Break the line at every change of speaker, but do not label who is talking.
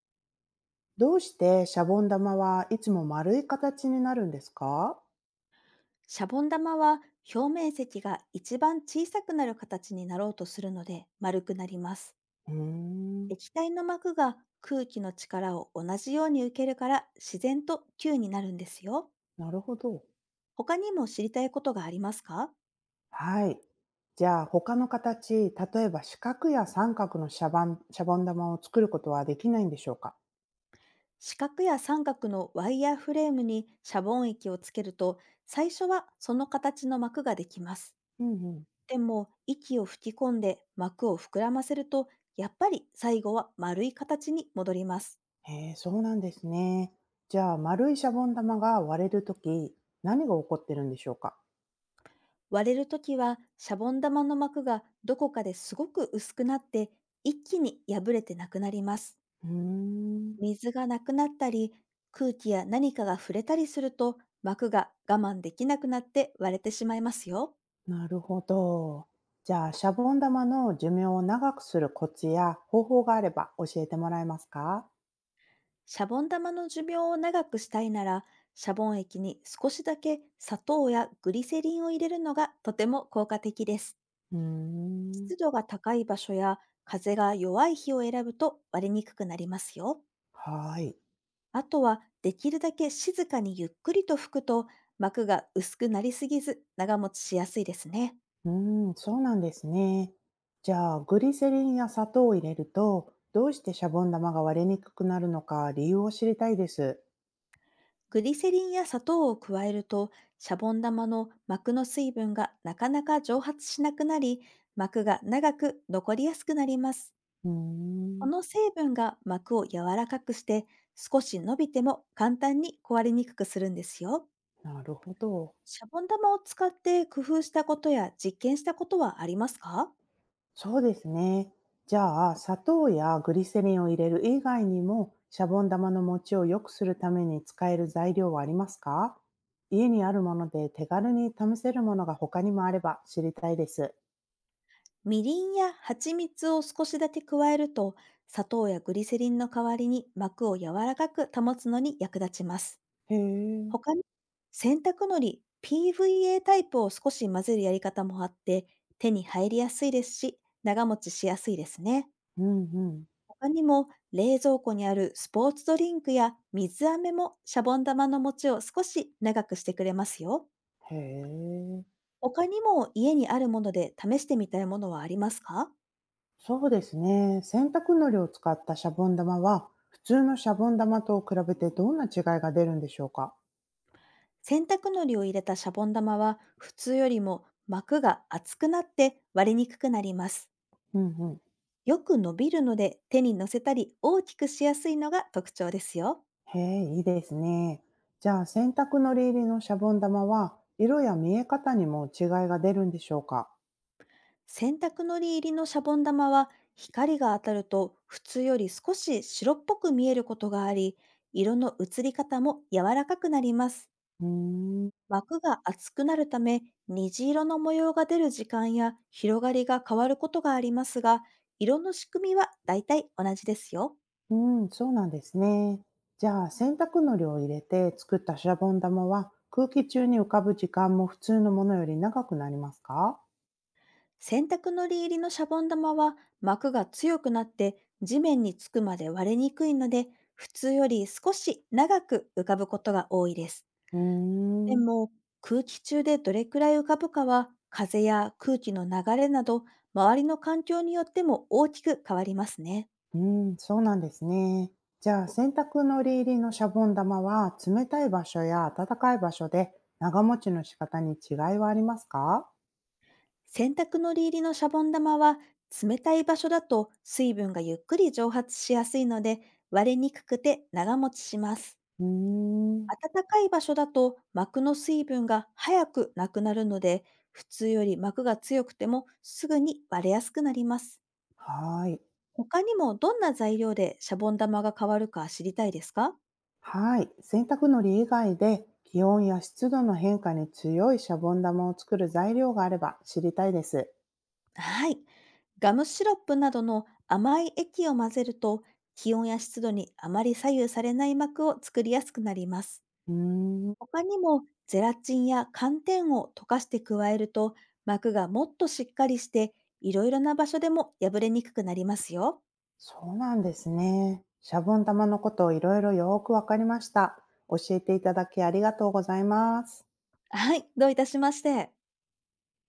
どうしてシャボン玉はいつも丸い形になるんですか？
シャボン玉は表面積が一番小さくなる形になろうとするので丸くなります。
うーん。
液体の膜が空気の力を同じように受けるから自然と球になるんですよ。
なるほど。
他にも知りたいことがありますか？
はい。じゃあ他の形、例えば四角や三角のシャボン玉を作ることはできないんでしょうか？
四角や三角のワイヤーフレームにシャボン液をつけると、最初はその形の膜ができます。
うんうん。
でも息を吹き込んで膜を膨らませると、やっぱり最後は丸い形に戻ります。
へえ、そうなんですね。じゃあ丸いシャボン玉が割れるとき、何が起こってるんでしょうか？
割れるときはシャボン玉の膜がどこかですごく薄くなって、一気に破れてなくなります。
うーん。
水がなくなったり空気や何かが触れたりすると、膜が我慢できなくなって割れてしまいますよ。
なるほど。じゃあシャボン玉の寿命を長くするコツや方法があれば教えてもらえますか？
シャボン玉の寿命を長くしたいなら、シャボン液に少しだけ砂糖やグリセリンを入れるのがとても効果的です。
うーん。
湿度が高い場所や風が弱い日を選ぶと割れにくくなりますよ。
はい。
あとは、できるだけ静かにゆっくりと拭くと、膜が薄くなりすぎず長持ちしやすいですね。
そうなんですね。じゃあ、グリセリンや砂糖を入れると、どうしてシャボン玉が割れにくくなるのか理由を知りたいです。
グリセリンや砂糖を加えると、シャボン玉の膜の水分がなかなか蒸発しなくなり、膜が長く残りやすくなります。
うー
こ
ん。
の成分が膜を柔らかくして、少し伸びても簡単に壊れにくくするんですよ。
なるほど。
シャボン玉を使って工夫したことや実験したことはありますか？
そうですね。じゃあ、砂糖やグリセリンを入れる以外にも、シャボン玉の持ちを良くするために使える材料はありますか？家にあるもので手軽に試せるものが他にもあれば知りたいです。
みりんや蜂蜜を少しだけ加えると、砂糖やグリセリンの代わりに膜を柔らかく保つのに役立ちます。
へえ。
他に、洗濯のり PVA タイプを少し混ぜるやり方もあって、手に入りやすいですし、長持ちしやすいですね。
うんうん。
他にも、冷蔵庫にあるスポーツドリンクや水飴もシャボン玉の持ちを少し長くしてくれますよ。
へえ。
他にも家にあるもので試してみたいものはありますか？
そうですね。洗濯のりを使ったシャボン玉は、普通のシャボン玉と比べてどんな違いが出るんでしょうか？
洗濯のりを入れたシャボン玉は普通よりも膜が厚くなって割れにくくなります。
うんうん。
よく伸びるので手に乗せたり大きくしやすいのが特徴ですよ。
へえ、いいですね。じゃあ、洗濯のり入りのシャボン玉は、色や見え方にも違いが出るんでしょうか？
洗濯のり入りのシャボン玉は光が当たると普通より少し白っぽく見えることがあり、色の移り方も柔らかくなります。
うーん。
膜が厚くなるため虹色の模様が出る時間や広がりが変わることがありますが、色の仕組みはだいたい同じですよ。
うん、そうなんですね。じゃあ、洗濯のりを入れて作ったシャボン玉は、空気中に浮かぶ時間も普通のものより長くなりますか？
洗濯のり入りのシャボン玉は膜が強くなって地面につくまで割れにくいので、普通より少し長く浮かぶことが多いです。
う
で
ーん。
も空気中でどれくらい浮かぶかは風や空気の流れなど、周りの環境によっても大きく変わりますね。
うん、そうなんですね。じゃあ、洗濯のり入りのシャボン玉は、冷たい場所や暖かい場所で、長持ちの仕方に違いはありますか？
洗濯のり入りのシャボン玉は冷たい場所だと水分がゆっくり蒸発しやすいので割れにくくて長持ちします。
うーん。
暖かい場所だと膜の水分が早くなくなるので、普通より膜が強くてもすぐに割れやすくなります。
はい。
他にもどんな材料でシャボン玉が変わるか知りたいですか？
はい。洗濯のり以外で、気温や湿度の変化に強いシャボン玉を作る材料があれば知りたいです。
はい。ガムシロップなどの甘い液を混ぜると、気温や湿度にあまり左右されない膜を作りやすくなります。
うーん、
他にもゼラチンや寒天を溶かして加えると、膜がもっとしっかりして、いろいろな場所でも破れにくくなりますよ。
そうなんですね。シャボン玉のことをいろいろよーくわかりました。教えていただきありがとうございます。
はい、どういたしまして。